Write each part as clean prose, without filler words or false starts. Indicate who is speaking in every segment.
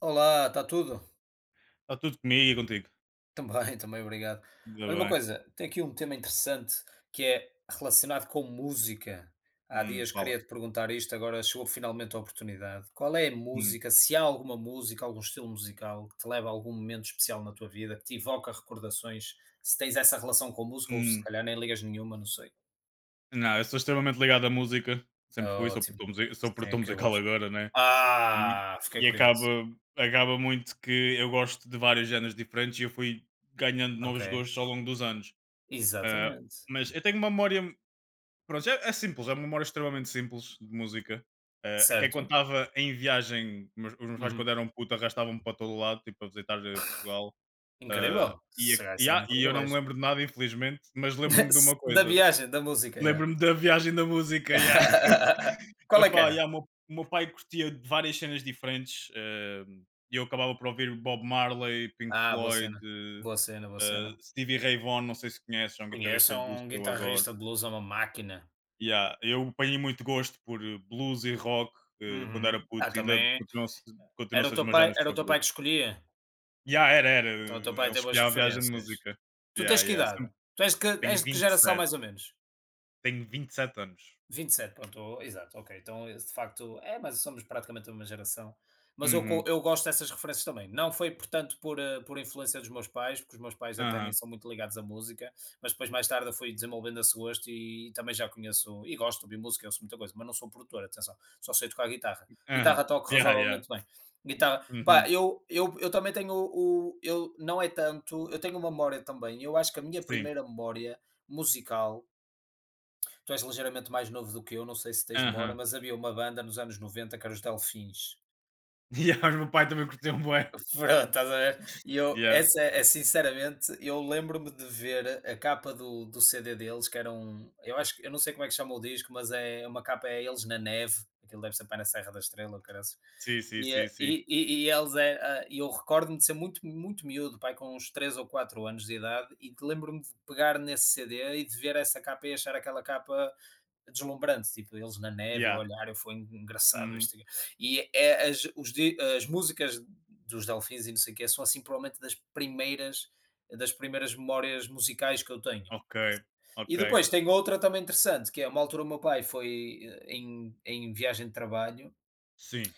Speaker 1: Olá, está tudo?
Speaker 2: Está tudo comigo e contigo.
Speaker 1: Também, também, obrigado.
Speaker 2: Ainda
Speaker 1: Olha uma
Speaker 2: bem.
Speaker 1: coisa, tem aqui um tema interessante que é relacionado com música. Há
Speaker 2: Hum.
Speaker 1: dias
Speaker 2: Fala.
Speaker 1: queria-te perguntar isto, agora chegou finalmente a oportunidade. Qual é a
Speaker 2: Hum.
Speaker 1: música, se há alguma música, algum estilo musical que te leva a algum momento especial na tua vida, que te evoca recordações, se tens essa relação com música ou se
Speaker 2: Hum.
Speaker 1: calhar nem ligas nenhuma, não sei.
Speaker 2: Não, eu sou extremamente ligado à música. Sempre fui,
Speaker 1: Ótimo,
Speaker 2: sou
Speaker 1: sim, é
Speaker 2: produtor
Speaker 1: que eu
Speaker 2: musical
Speaker 1: gosto.
Speaker 2: agora, né. E
Speaker 1: Ah, fiquei
Speaker 2: e
Speaker 1: curioso.
Speaker 2: acaba muito que eu gosto de vários géneros diferentes e eu fui ganhando
Speaker 1: Ok,
Speaker 2: novos gostos ao longo dos anos. Ah,
Speaker 1: exatamente.
Speaker 2: mas eu tenho uma memória, pronto, é simples, é uma memória extremamente simples de música, que é quando
Speaker 1: Certo?
Speaker 2: estava em viagem. Os meus pais, quando
Speaker 1: Uhum.
Speaker 2: eram putos, arrastavam-me para todo lado, tipo, para visitar Portugal.
Speaker 1: Incrível, se calhar isso é um
Speaker 2: E eu não me
Speaker 1: privilégio.
Speaker 2: lembro de nada, infelizmente, mas lembro-me de
Speaker 1: S
Speaker 2: uma
Speaker 1: Da
Speaker 2: coisa.
Speaker 1: viagem, da música, yeah.
Speaker 2: Lembro-me da viagem da música. Yeah.
Speaker 1: Qual é que
Speaker 2: Epá,
Speaker 1: era?
Speaker 2: yeah, o meu pai curtia de várias cenas diferentes, e eu acabava por ouvir Bob Marley, Pink
Speaker 1: Ah, boa
Speaker 2: Floyd,
Speaker 1: cena, boa cena, boa cena.
Speaker 2: Stevie Ray Vaughan, não sei se conheces, é um
Speaker 1: Conheço,
Speaker 2: guitarrista
Speaker 1: é
Speaker 2: de blues
Speaker 1: um
Speaker 2: que eu agora.
Speaker 1: guitarrista de blues, é uma máquina.
Speaker 2: Yeah, eu apanhei muito gosto por blues e rock, quando era
Speaker 1: Uhum.
Speaker 2: puto.
Speaker 1: Ah,
Speaker 2: Ainda
Speaker 1: também era o
Speaker 2: continuou-se a
Speaker 1: teu
Speaker 2: meus
Speaker 1: pai
Speaker 2: géneros
Speaker 1: era o teu pai que
Speaker 2: favoritos.
Speaker 1: escolhia?
Speaker 2: Yeah, era, era.
Speaker 1: Então o teu pai
Speaker 2: Ele
Speaker 1: tem boas
Speaker 2: escolhia a viagem de
Speaker 1: referências.
Speaker 2: música.
Speaker 1: Tu
Speaker 2: Yeah,
Speaker 1: tens que
Speaker 2: yeah.
Speaker 1: idade? Tu és de que és
Speaker 2: Tenho
Speaker 1: de que
Speaker 2: vinte e
Speaker 1: geração
Speaker 2: sete
Speaker 1: mais ou menos?
Speaker 2: tenho 27 anos.
Speaker 1: 27, pronto, o exato, ok. Então, de facto, é, mas somos praticamente da mesma geração. Mas
Speaker 2: Uhum.
Speaker 1: eu gosto dessas referências também. Não foi, portanto, por, por influência dos meus pais, porque os meus pais até nem
Speaker 2: Aham.
Speaker 1: são muito ligados à música, mas depois, mais tarde, eu fui desenvolvendo esse gosto e também já conheço, e gosto de ouvir música. Eu sou muita coisa, mas não sou produtor, atenção, só sei tocar guitarra.
Speaker 2: Aham.
Speaker 1: Guitarra toco
Speaker 2: Yeah, yeah.
Speaker 1: razoavelmente bem. Guitarra, pá,
Speaker 2: Uhum.
Speaker 1: eu também tenho o, eu, não é tanto, eu tenho uma memória também, eu acho que a minha
Speaker 2: Sim.
Speaker 1: primeira memória musical. Tu és ligeiramente mais novo do que eu, não sei se tens memória,
Speaker 2: Aham.
Speaker 1: mas havia uma banda nos anos 90, que era os Delfins.
Speaker 2: Yeah, mas o meu pai também curtiu um bué.
Speaker 1: Pronto, estás a ver? E eu,
Speaker 2: Yeah.
Speaker 1: essa é, sinceramente, eu lembro-me de ver a capa do CD deles, que era um. Eu acho que eu não sei como é que chama o disco, mas é uma capa, é eles na neve, aquilo deve ser para na Serra da Estrela, ou caraças.
Speaker 2: Sim, sim,
Speaker 1: E,
Speaker 2: sim, sim.
Speaker 1: e eles é, e eu recordo-me de ser muito, muito miúdo, pai, com uns 3 ou 4 anos de idade, e lembro-me de pegar nesse CD e de ver essa capa e achar aquela capa deslumbrante, tipo, eles na neve, eu
Speaker 2: Yeah.
Speaker 1: olhar, eu foi engraçado
Speaker 2: Uhum.
Speaker 1: isto. E é as, as músicas dos Delfins e não sei o que, são assim provavelmente das primeiras memórias musicais que eu tenho.
Speaker 2: Ok,
Speaker 1: E
Speaker 2: ok.
Speaker 1: depois tem outra também interessante, que é uma altura o meu pai foi, em, em viagem de trabalho
Speaker 2: Sim.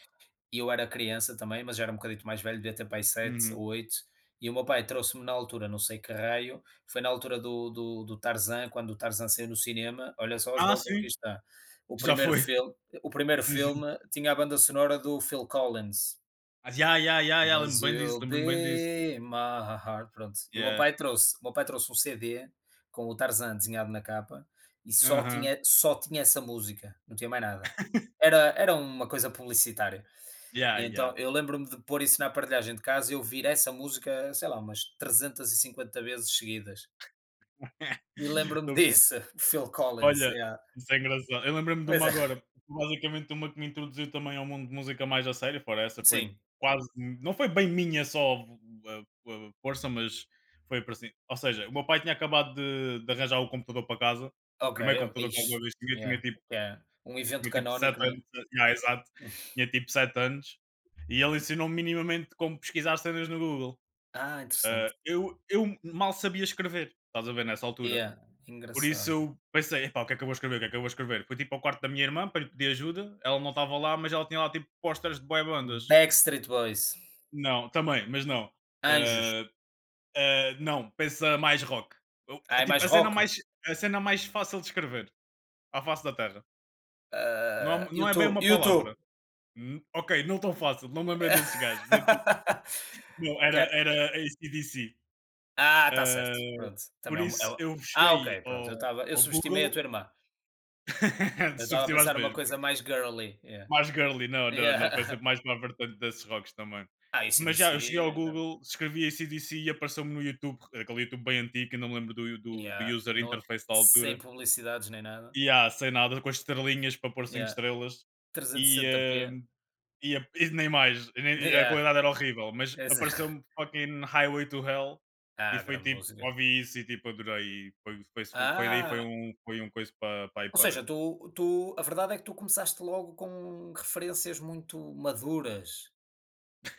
Speaker 1: e eu era criança também, mas já era um bocadito mais velho, devia ter pai sete
Speaker 2: Uhum.
Speaker 1: ou 8. E o meu pai trouxe-me na altura, não sei que raio, foi na altura do Tarzan, quando o Tarzan saiu no cinema. Olha só as
Speaker 2: Ah,
Speaker 1: voltas que
Speaker 2: sim,
Speaker 1: isto está. O
Speaker 2: já
Speaker 1: primeiro,
Speaker 2: foi.
Speaker 1: fil o primeiro
Speaker 2: Sim, sim.
Speaker 1: filme tinha a banda sonora do Phil Collins.
Speaker 2: Ah, yeah, yeah, yeah, yeah.
Speaker 1: Mas
Speaker 2: Lembro-me bem disso,
Speaker 1: you'll
Speaker 2: lembro-me bem disso.
Speaker 1: be my heart. Pronto. E
Speaker 2: Yeah.
Speaker 1: o meu pai trouxe um CD com o Tarzan desenhado na capa e
Speaker 2: Aham.
Speaker 1: só tinha essa música, não tinha mais nada. Era uma coisa publicitária.
Speaker 2: Yeah,
Speaker 1: E então
Speaker 2: yeah.
Speaker 1: eu lembro-me de pôr isso na aparelhagem de casa e ouvir essa música, sei lá, umas 350 vezes seguidas. E lembro-me
Speaker 2: Estou
Speaker 1: disso, Phil Collins,
Speaker 2: olha,
Speaker 1: yeah.
Speaker 2: isso é engraçado. Eu lembro me de
Speaker 1: Pois
Speaker 2: uma
Speaker 1: é,
Speaker 2: agora, basicamente uma que me introduziu também ao mundo de música mais a sério. Fora essa, foi
Speaker 1: sim.
Speaker 2: quase, não foi bem minha só a força, mas foi para assim, ou seja, o meu pai tinha acabado de arranjar o computador para casa, o
Speaker 1: Ok,
Speaker 2: primeiro
Speaker 1: o
Speaker 2: computador que
Speaker 1: ixe,
Speaker 2: alguma vez tinha.
Speaker 1: yeah, yeah. Um evento
Speaker 2: Tinha tipo
Speaker 1: canónico,
Speaker 2: 7
Speaker 1: não é?
Speaker 2: anos, yeah, exato, tinha tipo 7 anos, e ele ensinou-me minimamente como pesquisar cenas no Google.
Speaker 1: Ah, interessante.
Speaker 2: Eu mal sabia escrever, estás a ver, nessa altura.
Speaker 1: Yeah,
Speaker 2: Por isso
Speaker 1: engraçado.
Speaker 2: eu pensei: "Epá, o que é que eu vou escrever? O que é que eu vou escrever?" Fui tipo ao quarto da minha irmã para lhe pedir ajuda, ela não estava lá, mas ela tinha lá tipo posters de boy bandas.
Speaker 1: Backstreet Boys,
Speaker 2: Não, também, mas não.
Speaker 1: Anjos.
Speaker 2: Hã, hã, não, pensa mais rock. O
Speaker 1: Ah, é
Speaker 2: tipo,
Speaker 1: mais rock?
Speaker 2: a cena mais fácil de escrever à face da terra.
Speaker 1: Ah,
Speaker 2: Não é bem
Speaker 1: YouTube
Speaker 2: uma
Speaker 1: 2
Speaker 2: palavra. Ok, não tão fácil,
Speaker 1: u
Speaker 2: não me lembrei desses gajos, mas tipo, não, era era AC/DC.
Speaker 1: Ah, está
Speaker 2: Hã,
Speaker 1: certo. Pronto,
Speaker 2: por
Speaker 1: também é
Speaker 2: isso eu
Speaker 1: ah,
Speaker 2: cheguei
Speaker 1: ok, pronto, eu
Speaker 2: ao
Speaker 1: estava, eu
Speaker 2: ao
Speaker 1: subestimei a
Speaker 2: Google.
Speaker 1: tua irmã. Eu estava a
Speaker 2: Subestimaste
Speaker 1: pensar uma
Speaker 2: mesmo.
Speaker 1: coisa mais girly, yeah,
Speaker 2: Mais girly, não, não, não, foi
Speaker 1: yeah.
Speaker 2: sempre mais para a vertente desses rocks também.
Speaker 1: Ah,
Speaker 2: Mas já, eu cheguei
Speaker 1: AC/DC,
Speaker 2: ao
Speaker 1: não,
Speaker 2: Google, escrevi AC/DC e apareceu-me no YouTube, aquele YouTube bem antigo, que não me lembro do
Speaker 1: yeah,
Speaker 2: user
Speaker 1: no,
Speaker 2: interface da
Speaker 1: sem
Speaker 2: altura.
Speaker 1: publicidades nem nada,
Speaker 2: E sem nada, com as estrelinhas para pôr cinco
Speaker 1: yeah,
Speaker 2: estrelas.
Speaker 1: trezentos e
Speaker 2: E,
Speaker 1: sessenta
Speaker 2: eh,
Speaker 1: p
Speaker 2: e, a- e nem mais, e nem- a
Speaker 1: yeah,
Speaker 2: qualidade era horrível, mas
Speaker 1: exa
Speaker 2: apareceu-me fucking Highway to Hell, e
Speaker 1: ah,
Speaker 2: foi
Speaker 1: grande
Speaker 2: tipo,
Speaker 1: música.
Speaker 2: ouvi isso e tipo, adorei. E foi daí,
Speaker 1: Ah,
Speaker 2: foi um coisa para, para ir
Speaker 1: ou
Speaker 2: para
Speaker 1: seja,
Speaker 2: dentro.
Speaker 1: tu a verdade é que tu começaste logo com referências muito maduras.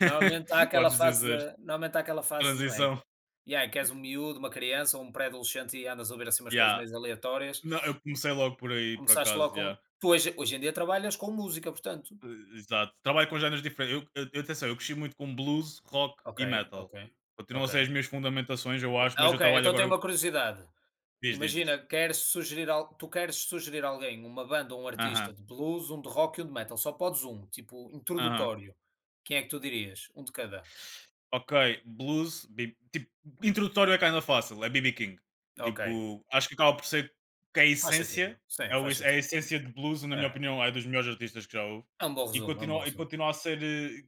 Speaker 2: Podes dizer,
Speaker 1: Normalmente há aquela fase, não é, que
Speaker 2: transição.
Speaker 1: yeah, em que és um miúdo, uma criança ou um pré-adolescente e andas a ouvir, assim, umas coisas
Speaker 2: Yeah.
Speaker 1: meio aleatórias.
Speaker 2: Não, eu comecei logo por aí, por
Speaker 1: Começaste logo
Speaker 2: acaso,
Speaker 1: com,
Speaker 2: já.
Speaker 1: tu hoje, hoje em dia trabalhas com música, portanto?
Speaker 2: Eh, Exato. Trabalho com géneros diferentes. Atenção, eu cresci muito com blues, rock
Speaker 1: Ok,
Speaker 2: e
Speaker 1: ok,
Speaker 2: metal. Continuam a
Speaker 1: ok.
Speaker 2: ser as minhas fundamentações, eu acho,
Speaker 1: Ah,
Speaker 2: mas eu
Speaker 1: ok,
Speaker 2: trabalho
Speaker 1: então tenho
Speaker 2: agora.
Speaker 1: uma curiosidade.
Speaker 2: Diz, diz, diz.
Speaker 1: Imagina, queres sugerir al tu queres sugerir alguém, uma banda ou um artista
Speaker 2: Aham,
Speaker 1: de blues, um de rock e um de metal, só podes um tipo
Speaker 2: aham.
Speaker 1: introdutório. Quem é que tu dirias? Um de cada.
Speaker 2: Ok, tipo, introdutório é kinda fácil, é B.B. King.
Speaker 1: Ok,
Speaker 2: Tipo, acho que acaba por ser que a
Speaker 1: faz sentido.
Speaker 2: essência,
Speaker 1: Sim,
Speaker 2: é,
Speaker 1: faz
Speaker 2: é a
Speaker 1: sentido.
Speaker 2: essência de blues, na minha
Speaker 1: É,
Speaker 2: opinião, é dos melhores artistas que já houve.
Speaker 1: é um bom resumo, é um bom
Speaker 2: E
Speaker 1: resumo.
Speaker 2: continua a ser,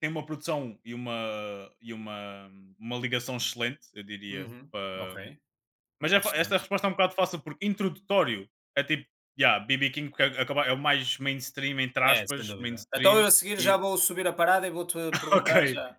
Speaker 2: tem uma produção e uma ligação excelente, eu diria.
Speaker 1: Uhum. Ok,
Speaker 2: Para- Mas esta
Speaker 1: interessante.
Speaker 2: resposta é um bocado fácil, porque introdutório é tipo, yeah, B.B. King porque é o mais mainstream, entre
Speaker 1: É, sem
Speaker 2: aspas,
Speaker 1: dúvida. Então eu
Speaker 2: mainstream.
Speaker 1: a seguir já
Speaker 2: E,
Speaker 1: vou subir a parada e vou-te perguntar
Speaker 2: ok,
Speaker 1: já.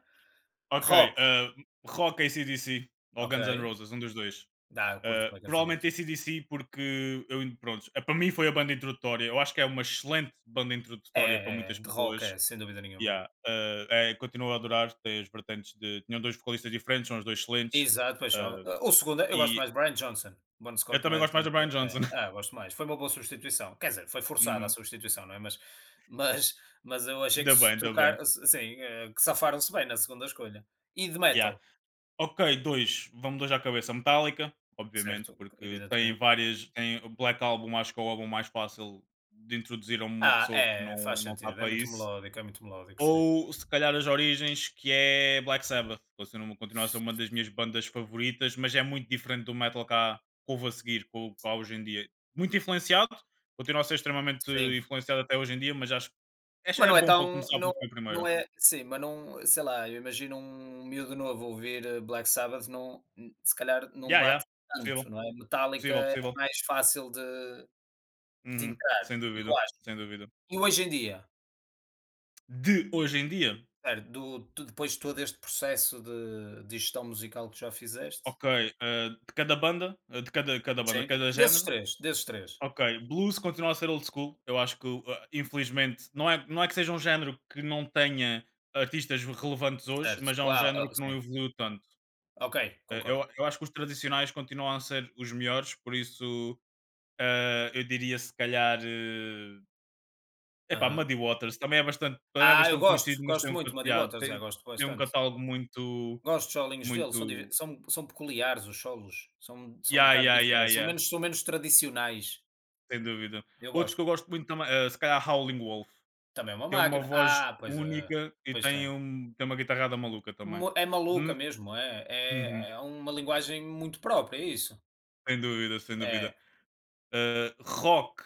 Speaker 2: ok,
Speaker 1: Rock,
Speaker 2: ah, rock AC/DC ou
Speaker 1: ok.
Speaker 2: Guns N' Roses, um dos dois.
Speaker 1: Dá, eu curto
Speaker 2: Ah,
Speaker 1: Black and
Speaker 2: provavelmente
Speaker 1: Sabbath.
Speaker 2: AC/DC porque pronto, ah, para mim foi a banda introdutória. Eu acho que é uma excelente banda
Speaker 1: É,
Speaker 2: introdutória para
Speaker 1: é, é,
Speaker 2: muitas
Speaker 1: de rock
Speaker 2: pessoas.
Speaker 1: é, sem dúvida nenhuma.
Speaker 2: Yeah, ah, é, continuo a adorar. Tem as vertentes de. Tinham dois vocalistas diferentes, são os dois excelentes.
Speaker 1: Exato,
Speaker 2: Ah,
Speaker 1: paixão. O segundo, eu gosto
Speaker 2: e
Speaker 1: mais de Brian Johnson. Bon
Speaker 2: eu
Speaker 1: Scott não
Speaker 2: também
Speaker 1: é
Speaker 2: gosto mais da
Speaker 1: tanto.
Speaker 2: Brian Johnson.
Speaker 1: É, ah, gosto mais. Foi uma boa substituição. Quer dizer, foi forçada a
Speaker 2: Uhum.
Speaker 1: substituição, não é? Mas, mas eu achei que
Speaker 2: Ainda bem,
Speaker 1: se
Speaker 2: ainda bem.
Speaker 1: trocar, assim, que safaram-se bem na segunda escolha. E de
Speaker 2: Yeah.
Speaker 1: metal,
Speaker 2: Ok, dois. Vamos dois à cabeça. Metallica, obviamente,
Speaker 1: certo?
Speaker 2: porque tem
Speaker 1: Evidentemente.
Speaker 2: várias. Tem o Black Album, acho que é o álbum mais fácil de introduzir a uma
Speaker 1: Ah,
Speaker 2: pessoa que
Speaker 1: é,
Speaker 2: não,
Speaker 1: faz
Speaker 2: não está
Speaker 1: sentido,
Speaker 2: para isso.
Speaker 1: é muito melódico, sim.
Speaker 2: Ou se calhar as origens, que é Black Sabbath. Continua a ser uma das minhas bandas favoritas, mas é muito diferente do metal que houve a seguir, que hou- que há hoje em dia. Muito influenciado, continua a ser extremamente
Speaker 1: Sim,
Speaker 2: influenciado até hoje em dia, mas acho que
Speaker 1: mas
Speaker 2: é, é bom para começar porque foi o
Speaker 1: não
Speaker 2: primeiro.
Speaker 1: é, sim, mas não sei lá, eu imagino um miúdo novo ouvir, Black Sabbath se calhar não
Speaker 2: Yeah, yeah.
Speaker 1: bate
Speaker 2: Possível,
Speaker 1: tanto, não é? Metallica
Speaker 2: possível,
Speaker 1: é
Speaker 2: possível.
Speaker 1: mais fácil de
Speaker 2: Uhum,
Speaker 1: entrar,
Speaker 2: sem
Speaker 1: eu
Speaker 2: dúvida,
Speaker 1: acho.
Speaker 2: sem dúvida.
Speaker 1: E hoje em dia,
Speaker 2: De hoje em dia?
Speaker 1: certo, do tu depois de todo este processo de gestão musical que já fizeste,
Speaker 2: Ok, de cada banda, eh, de cada cada banda,
Speaker 1: sim,
Speaker 2: cada género.
Speaker 1: desses 3,
Speaker 2: Ok, blues continua a ser old school. Eu acho que, infelizmente, não é, não é que seja um género que não tenha artistas relevantes hoje,
Speaker 1: certo.
Speaker 2: mas é um
Speaker 1: Uau, ah,
Speaker 2: género que não
Speaker 1: sim,
Speaker 2: evoluiu tanto.
Speaker 1: ok, concordo.
Speaker 2: Eu acho que os tradicionais continuam a ser os melhores, por isso, eh, eu diria se calhar, eh, epá,
Speaker 1: Aham.
Speaker 2: Muddy Waters também é
Speaker 1: Ah, eu
Speaker 2: bastante
Speaker 1: gosto,
Speaker 2: conhecido, mas
Speaker 1: gosto
Speaker 2: tem um
Speaker 1: muito de
Speaker 2: cat
Speaker 1: Muddy
Speaker 2: yeah,
Speaker 1: Waters, é,
Speaker 2: tem
Speaker 1: gosto
Speaker 2: um
Speaker 1: bastante.
Speaker 2: catálogo muito,
Speaker 1: Gosto dos solinhos dele, são diver
Speaker 2: muito
Speaker 1: são são peculiares os solos, são são um
Speaker 2: yeah,
Speaker 1: bocado
Speaker 2: yeah, yeah,
Speaker 1: diferentes.
Speaker 2: yeah.
Speaker 1: São menos tradicionais,
Speaker 2: Sem dúvida.
Speaker 1: eu
Speaker 2: Outros
Speaker 1: gosto.
Speaker 2: que eu gosto muito também, se calhar Howling Wolf,
Speaker 1: Também é uma
Speaker 2: tem uma
Speaker 1: máquina.
Speaker 2: voz
Speaker 1: Ah, pois é,
Speaker 2: única e
Speaker 1: pois
Speaker 2: tem,
Speaker 1: tem.
Speaker 2: um, tem uma guitarrada maluca também.
Speaker 1: Mu É maluca
Speaker 2: Hum,
Speaker 1: mesmo,
Speaker 2: uhum,
Speaker 1: é uma linguagem muito própria, é isso.
Speaker 2: sem dúvida, sem
Speaker 1: É,
Speaker 2: dúvida. Rock,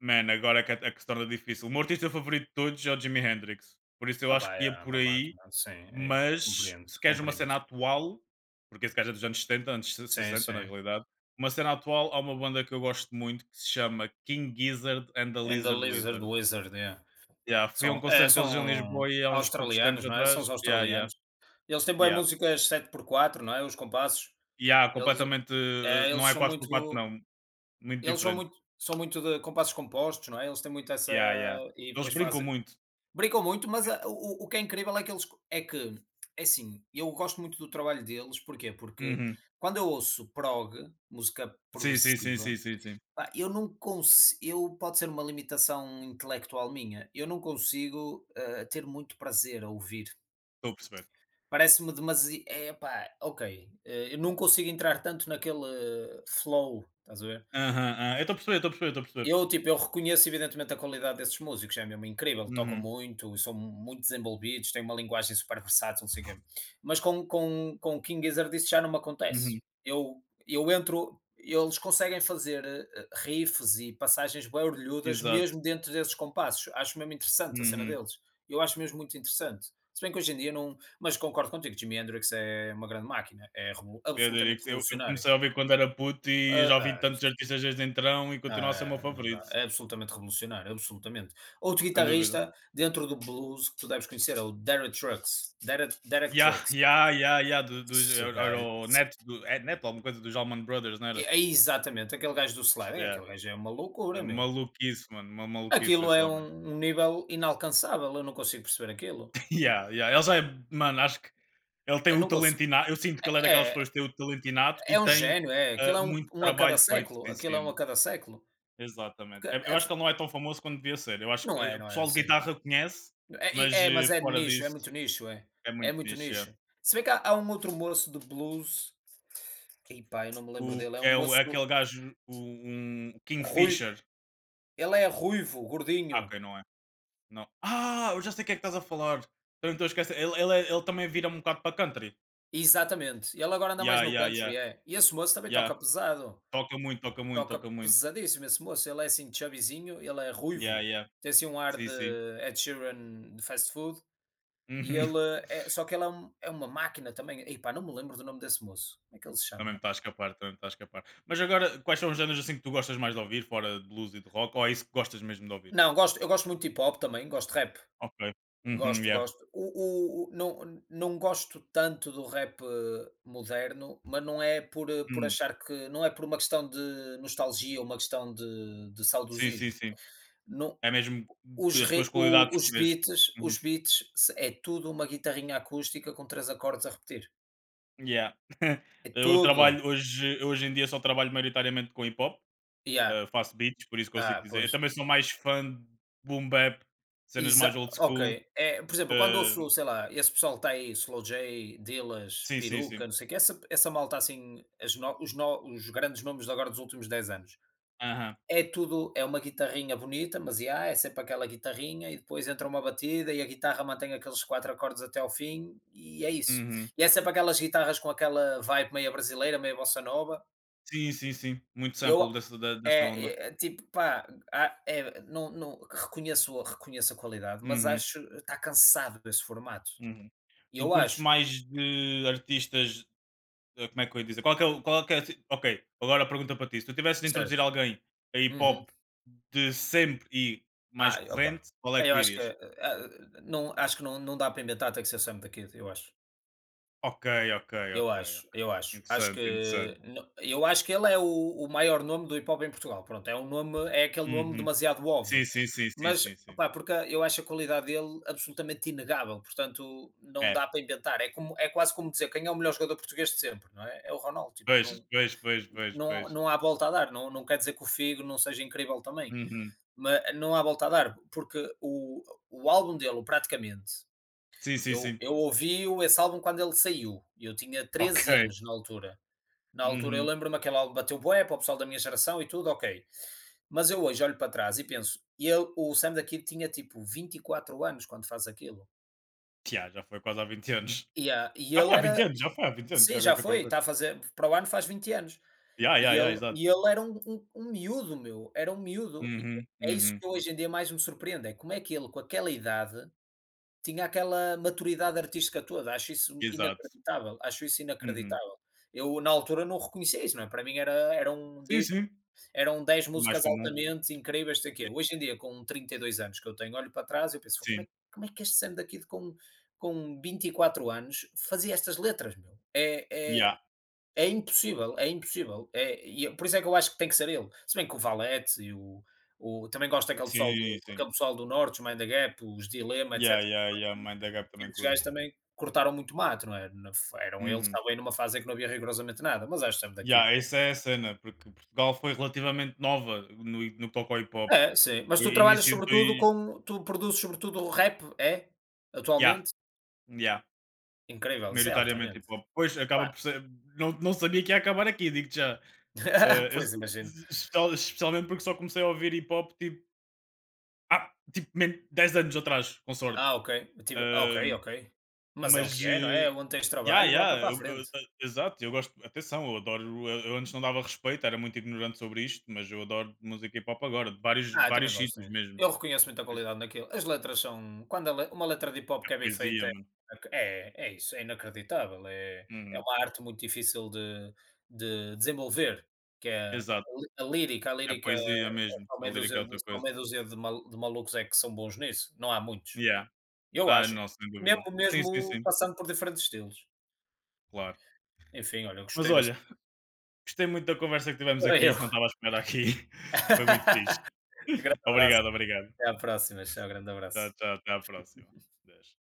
Speaker 2: man, agora é que, a que se torna difícil. O meu artista favorito de todos é o Jimi Hendrix, por isso eu
Speaker 1: opá,
Speaker 2: acho que ia
Speaker 1: é
Speaker 2: por
Speaker 1: uma
Speaker 2: aí,
Speaker 1: máquina, sim, yeah,
Speaker 2: mas
Speaker 1: compreendo,
Speaker 2: se queres uma
Speaker 1: compreendo.
Speaker 2: cena atual, porque esse gajo é dos anos 70, anos
Speaker 1: Sim,
Speaker 2: 60 na
Speaker 1: sim.
Speaker 2: realidade, uma cena atual há uma banda que eu gosto muito que se chama King Gizzard and the
Speaker 1: And the
Speaker 2: Lizard
Speaker 1: lizard
Speaker 2: Wizard.
Speaker 1: wizard, yeah.
Speaker 2: Yeah, fui a um
Speaker 1: São,
Speaker 2: concerto deles em
Speaker 1: são
Speaker 2: Lisboa e há uns poucos tempos
Speaker 1: australianos, não é? São
Speaker 2: atrás.
Speaker 1: os
Speaker 2: Yeah, yeah,
Speaker 1: australianos. Eles têm boas
Speaker 2: yeah.
Speaker 1: músicas 7/4, não é, os compassos.
Speaker 2: Yeah,
Speaker 1: Eles
Speaker 2: completamente, não
Speaker 1: eles
Speaker 2: é
Speaker 1: são
Speaker 2: quatro por quatro,
Speaker 1: muito,
Speaker 2: não, muito diferente.
Speaker 1: são muito de compassos compostos, não é, eles têm muito essa,
Speaker 2: Yeah, yeah.
Speaker 1: e
Speaker 2: Eles
Speaker 1: depois
Speaker 2: brincam
Speaker 1: fazem,
Speaker 2: muito.
Speaker 1: brincam muito, mas a o que é incrível é que eles é que é assim, eu gosto muito do trabalho deles, porquê? Porque
Speaker 2: Uhum.
Speaker 1: quando eu ouço prog, música
Speaker 2: Sim, sim, sim, sim,
Speaker 1: progressiva,
Speaker 2: sim, sim.
Speaker 1: pá, eu não consigo, eu pode ser uma limitação intelectual minha, eu não consigo, ter muito prazer a ouvir.
Speaker 2: Estou a perceber.
Speaker 1: Parece-me demasiado, é pá, ok, eu não consigo entrar tanto naquele flow, estás a ver?
Speaker 2: Aham, aham. Eu estou a perceber, estou a perceber, estou a perceber.
Speaker 1: Eu, tipo, eu reconheço evidentemente a qualidade desses músicos, é mesmo incrível, tocam
Speaker 2: Uhum,
Speaker 1: muito, são muito desenvolvidos, têm uma linguagem super versátil, não sei o quê. Mas com o King Gizzard isso já não me acontece.
Speaker 2: uhum.
Speaker 1: Eu entro, eles conseguem fazer, riffs e passagens bem orelhudas
Speaker 2: Exato.
Speaker 1: mesmo dentro desses compassos. Acho mesmo interessante a cena
Speaker 2: Uhum.
Speaker 1: deles. Eu acho mesmo muito interessante. Se bem que hoje em dia não. Mas concordo contigo, Jimi Hendrix é uma grande máquina, é
Speaker 2: Eu diria
Speaker 1: absolutamente
Speaker 2: que eu
Speaker 1: revolucionário.
Speaker 2: comecei a ouvir quando era puto e
Speaker 1: Ah,
Speaker 2: já ouvi
Speaker 1: ah,
Speaker 2: tantos artistas desde então e continua a ser o meu
Speaker 1: ah, é, não dá.
Speaker 2: favorito,
Speaker 1: É absolutamente revolucionário, absolutamente. Outro
Speaker 2: sem dúvida.
Speaker 1: guitarrista dentro do blues que tu deves conhecer é o Derek Trucks. Derek
Speaker 2: Yeah,
Speaker 1: Trucks.
Speaker 2: yeah, yeah, yeah, do dos
Speaker 1: Esse
Speaker 2: era
Speaker 1: gajo-
Speaker 2: o
Speaker 1: esse-
Speaker 2: net do é Net alguma coisa dos Allman Brothers, não
Speaker 1: é
Speaker 2: era?
Speaker 1: é exatamente aquele gajo do Slayer, é.
Speaker 2: Yeah.
Speaker 1: Aquele gajo é uma
Speaker 2: É
Speaker 1: loucura, meu.
Speaker 2: maluquice, mano, uma maluquice
Speaker 1: Aquilo
Speaker 2: esse
Speaker 1: é
Speaker 2: homem.
Speaker 1: um, um nível inalcançável. Eu não consigo perceber aquilo.
Speaker 2: Yeah, yeah, ele já é, mano, acho que ele tem
Speaker 1: Eu
Speaker 2: o
Speaker 1: não consigo.
Speaker 2: talento inato. Eu sinto que ele é daquelas
Speaker 1: É,
Speaker 2: pessoas que tem o talento inato e
Speaker 1: é um
Speaker 2: tem,
Speaker 1: gênio, é. Aquilo é um,
Speaker 2: muito
Speaker 1: um a cada
Speaker 2: trabalho feito
Speaker 1: século.
Speaker 2: em
Speaker 1: Aquilo é um a
Speaker 2: cima.
Speaker 1: cada século.
Speaker 2: Exatamente.
Speaker 1: Porque é
Speaker 2: Eu acho
Speaker 1: f-
Speaker 2: que ele não é tão famoso quanto devia ser. Eu acho que,
Speaker 1: não é,
Speaker 2: o
Speaker 1: não é
Speaker 2: pessoal de
Speaker 1: assim.
Speaker 2: guitarra conhece, mas,
Speaker 1: É, é, mas é
Speaker 2: fora
Speaker 1: nicho, é
Speaker 2: disso
Speaker 1: muito nicho, é.
Speaker 2: é
Speaker 1: É
Speaker 2: muito
Speaker 1: muito
Speaker 2: niche, yeah.
Speaker 1: nicho. Se bem que há um outro moço de blues. Ei, pá, eu não me lembro dele. É um
Speaker 2: O
Speaker 1: moço
Speaker 2: é aquele gajo, o um
Speaker 1: ruivo.
Speaker 2: Kingfisher.
Speaker 1: Ele é ruivo,
Speaker 2: Ah,
Speaker 1: gordinho.
Speaker 2: ok, não é. Não. Ah, eu já sei o que é que estás a falar. Eu não estou a esquecer. Ele também vira um bocado para country.
Speaker 1: Exatamente. Ele agora anda mais
Speaker 2: Yeah,
Speaker 1: no
Speaker 2: yeah, yeah,
Speaker 1: country, é. E esse moço também toca
Speaker 2: yeah.
Speaker 1: pesado.
Speaker 2: Toca muito, toca muito,
Speaker 1: Toca
Speaker 2: toca muito.
Speaker 1: pesadíssimo esse moço. Ele é assim chubbyzinho, ele é
Speaker 2: Yeah,
Speaker 1: ruivo.
Speaker 2: yeah.
Speaker 1: Tem assim um ar
Speaker 2: Sim,
Speaker 1: de
Speaker 2: sim.
Speaker 1: Ed Sheeran de fast food. E
Speaker 2: Uhum.
Speaker 1: ele é. Só que ele é, é uma máquina também. Ei, pá, não me lembro do nome desse moço. Como é que ele se
Speaker 2: Também me
Speaker 1: chama?
Speaker 2: está a escapar, também me está a escapar. Mas agora, quais são os géneros assim que tu gostas mais de ouvir, fora de blues e de rock? Ou é isso que gostas mesmo de ouvir?
Speaker 1: Não, gosto, eu gosto muito de hip hop também, gosto de rap.
Speaker 2: Ok. Uhum,
Speaker 1: Gosto,
Speaker 2: yeah.
Speaker 1: gosto. Não, não gosto tanto do rap, moderno, mas não é por, por
Speaker 2: Hum.
Speaker 1: achar que. Não é por uma questão de nostalgia ou uma questão de
Speaker 2: Sim, sim,
Speaker 1: saudosismo.
Speaker 2: sim.
Speaker 1: Não,
Speaker 2: É mesmo as tuas qualidades que vês. Uhum.
Speaker 1: os beats é tudo uma guitarrinha acústica com três acordes a repetir.
Speaker 2: Yeah.
Speaker 1: É
Speaker 2: Eu
Speaker 1: tudo.
Speaker 2: trabalho hoje, hoje em dia só trabalho maioritariamente com hip hop,
Speaker 1: Yeah.
Speaker 2: faço beats, por isso consigo
Speaker 1: Ah,
Speaker 2: dizer. Eu
Speaker 1: pois.
Speaker 2: também sou mais fã de boom bap, cenas
Speaker 1: Exa
Speaker 2: mais old school.
Speaker 1: Ok, é por exemplo, quando
Speaker 2: eh,
Speaker 1: ouço, sei lá, esse pessoal que está aí, Slow J, Dillaz,
Speaker 2: sim, sim,
Speaker 1: Peruca,
Speaker 2: sim.
Speaker 1: não sei o quê, essa malta assim, as no os no os grandes nomes de agora dos últimos 10 anos,
Speaker 2: Aham.
Speaker 1: é tudo é uma guitarrinha bonita, mas yeah, é sempre aquela guitarrinha e depois entra uma batida e a guitarra mantém aqueles 4 acordes até ao fim, e é isso.
Speaker 2: Uhum.
Speaker 1: E é sempre aquelas guitarras com aquela vibe meia brasileira, meia bossa nova.
Speaker 2: Sim, sim, sim. Muito
Speaker 1: Eu é
Speaker 2: sample dessa, da dessa onda.
Speaker 1: é é, Tipo, pá, não reconheço, reconheço a qualidade, mas
Speaker 2: Uhum,
Speaker 1: acho está cansado desse formato.
Speaker 2: uhum. Tu
Speaker 1: Eu
Speaker 2: curtes
Speaker 1: acho,
Speaker 2: mais de artistas, eh, como é que eu ia dizer? Qual é que é o qual é que é assim ok, agora a pergunta para ti. Se tu tivesses de introduzir
Speaker 1: certo.
Speaker 2: alguém a hip
Speaker 1: Uhum.
Speaker 2: hop de sempre e mais
Speaker 1: Opa,
Speaker 2: corrente, qual é que
Speaker 1: eu
Speaker 2: tu
Speaker 1: acho que,
Speaker 2: irias?
Speaker 1: não acho que não dá para inventar, tem que ser Sam da Kid, eu acho.
Speaker 2: Ok, ok,
Speaker 1: Eu
Speaker 2: ok,
Speaker 1: acho,
Speaker 2: ok.
Speaker 1: eu acho. Acho
Speaker 2: Interessante,
Speaker 1: que
Speaker 2: interessante.
Speaker 1: no eu acho que ele é o maior nome do hip hop em Portugal. Pronto, é um nome é aquele nome
Speaker 2: Uhum.
Speaker 1: demasiado
Speaker 2: Sim,
Speaker 1: óbvio.
Speaker 2: sim, sim, sim,
Speaker 1: Mas,
Speaker 2: sim, sim.
Speaker 1: opá, porque eu acho a qualidade dele absolutamente inegável, portanto, não
Speaker 2: É.
Speaker 1: dá para inventar. É como, é quase como dizer quem é o melhor jogador português de sempre, não é? É o Ronaldo, tipo,
Speaker 2: Pois,
Speaker 1: não
Speaker 2: pois, pois, pois,
Speaker 1: não
Speaker 2: pois.
Speaker 1: não há volta a dar. Não quer dizer que o Figo não seja incrível também,
Speaker 2: Uhum.
Speaker 1: mas não há volta a dar, porque o álbum dele, o Praticamente,
Speaker 2: Sim, sim,
Speaker 1: eu
Speaker 2: sim.
Speaker 1: eu ouvi o esse álbum quando ele saiu, eu tinha treze
Speaker 2: Ok.
Speaker 1: anos na altura. Na altura eu
Speaker 2: Uhum.
Speaker 1: lembro-me, aquele álbum bateu bué para o pessoal da minha geração e tudo, ok. Mas eu hoje olho para trás e penso, ele, o Sam da Kid tinha tipo 24 anos quando faz aquilo.
Speaker 2: Ya, já foi quase há 20 anos.
Speaker 1: E a e
Speaker 2: Já foi
Speaker 1: ele
Speaker 2: há 20
Speaker 1: era
Speaker 2: anos, já foi há 20 anos, já
Speaker 1: Sim,
Speaker 2: agora
Speaker 1: já
Speaker 2: que eu estou a
Speaker 1: foi,
Speaker 2: ver.
Speaker 1: está a fazer, para o ano faz 20 anos.
Speaker 2: Ya,
Speaker 1: E
Speaker 2: ya, ya,
Speaker 1: ele
Speaker 2: exato.
Speaker 1: e ele era um miúdo, meu, era um miúdo. E
Speaker 2: Uhum,
Speaker 1: É isso
Speaker 2: uhum,
Speaker 1: que hoje em dia mais me surpreende, é como é que ele, com aquela idade, tinha aquela maturidade artística toda. Acho isso
Speaker 2: exato.
Speaker 1: inacreditável, acho isso
Speaker 2: Uhum.
Speaker 1: inacreditável. Eu na altura não reconhecia isso, não é, para mim era um
Speaker 2: Sim,
Speaker 1: disco,
Speaker 2: sim,
Speaker 1: eram 10
Speaker 2: mais
Speaker 1: músicas
Speaker 2: comum.
Speaker 1: altamente incríveis, não sei o
Speaker 2: E
Speaker 1: quê. Hoje em dia, com 32 anos que eu tenho, olho para trás e eu penso: "Pô, como
Speaker 2: sim,
Speaker 1: é como é que este Sam daqui de, com 24 anos, fazia estas letras, meu?". É é
Speaker 2: ya,
Speaker 1: é impossível, é impossível. É, e eu por isso é que eu acho que tem que ser ele. Se bem que o Valete e o também gosto daquele pessoal
Speaker 2: sim,
Speaker 1: do
Speaker 2: sim.
Speaker 1: aquele pessoal do norte, os Mind the Gap, os Dilema,
Speaker 2: Ya,
Speaker 1: etcétera.
Speaker 2: ya, ya, Mind the Gap também
Speaker 1: Esses gajos
Speaker 2: curto.
Speaker 1: também cortaram muito mato, não é? Na Eram eles,
Speaker 2: Uhum.
Speaker 1: estavam aí numa fase em que não havia rigorosamente nada, mas acho sempre daqui de,
Speaker 2: Ya, essa é a cena, porque Portugal foi relativamente nova no que toca ao hip hop.
Speaker 1: é, É, sim. Mas
Speaker 2: Foi
Speaker 1: tu trabalhas
Speaker 2: início dos,
Speaker 1: sobretudo com, tu produzes sobretudo rap, é?
Speaker 2: ya,
Speaker 1: Atualmente?
Speaker 2: ya,
Speaker 1: Incrível, isso é
Speaker 2: maioritariamente hip
Speaker 1: altamente.
Speaker 2: hop. Pois, acaba
Speaker 1: Pá,
Speaker 2: por ser, não não sabia que ia acabar aqui, digo já. Ah, eu
Speaker 1: pois imagino.
Speaker 2: especial especialmente porque só comecei a ouvir hip hop, tipo, ah, tipo, men 10 anos atrás, com sorte.
Speaker 1: Ah, ok. Eu tive, ok,
Speaker 2: Ahm,
Speaker 1: ok. Mas é o que
Speaker 2: mas,
Speaker 1: é, não é? É onde tens
Speaker 2: yeah,
Speaker 1: trabalho, volta
Speaker 2: yeah,
Speaker 1: para a frente.
Speaker 2: exato, eu gosto, atenção, eu adoro, eu antes não dava respeito, era muito ignorante sobre isto, mas eu adoro música hip hop agora, de
Speaker 1: Ah, eu também
Speaker 2: vários
Speaker 1: gosto,
Speaker 2: sítios
Speaker 1: sim.
Speaker 2: mesmo.
Speaker 1: Eu reconheço muita
Speaker 2: Por isso
Speaker 1: qualidade naquilo. As letras são, quando a le uma letra de hip hop
Speaker 2: é
Speaker 1: que é bem
Speaker 2: poesia,
Speaker 1: feita,
Speaker 2: mano.
Speaker 1: é isso, é inacreditável, é
Speaker 2: Uhum,
Speaker 1: uma arte muito difícil de desenvolver, que é a,
Speaker 2: exato,
Speaker 1: lí a
Speaker 2: é
Speaker 1: lírica é,
Speaker 2: poesia mesmo,
Speaker 1: só
Speaker 2: a
Speaker 1: meia dúzia
Speaker 2: lírica é
Speaker 1: de,
Speaker 2: outra
Speaker 1: só
Speaker 2: coisa.
Speaker 1: meia dúzia de malucos é que são bons nisso, não há muitos.
Speaker 2: Yeah,
Speaker 1: Eu
Speaker 2: ah,
Speaker 1: acho,
Speaker 2: não, sem
Speaker 1: mesmo
Speaker 2: dúvida. Sim, sim,
Speaker 1: mesmo
Speaker 2: sim,
Speaker 1: passando por diferentes estilos.
Speaker 2: claro.
Speaker 1: Enfim, olha, eu
Speaker 2: Mas
Speaker 1: gostei
Speaker 2: olha,
Speaker 1: bastante.
Speaker 2: gostei muito da conversa que tivemos
Speaker 1: Era eu.
Speaker 2: aqui, não estava a esperar aqui, foi muito fixe.
Speaker 1: Grande abraço,
Speaker 2: Obrigado, obrigado.
Speaker 1: até à próxima, tchau, grande
Speaker 2: Tchau,
Speaker 1: abraço.
Speaker 2: tchau. Até à próxima. Deixa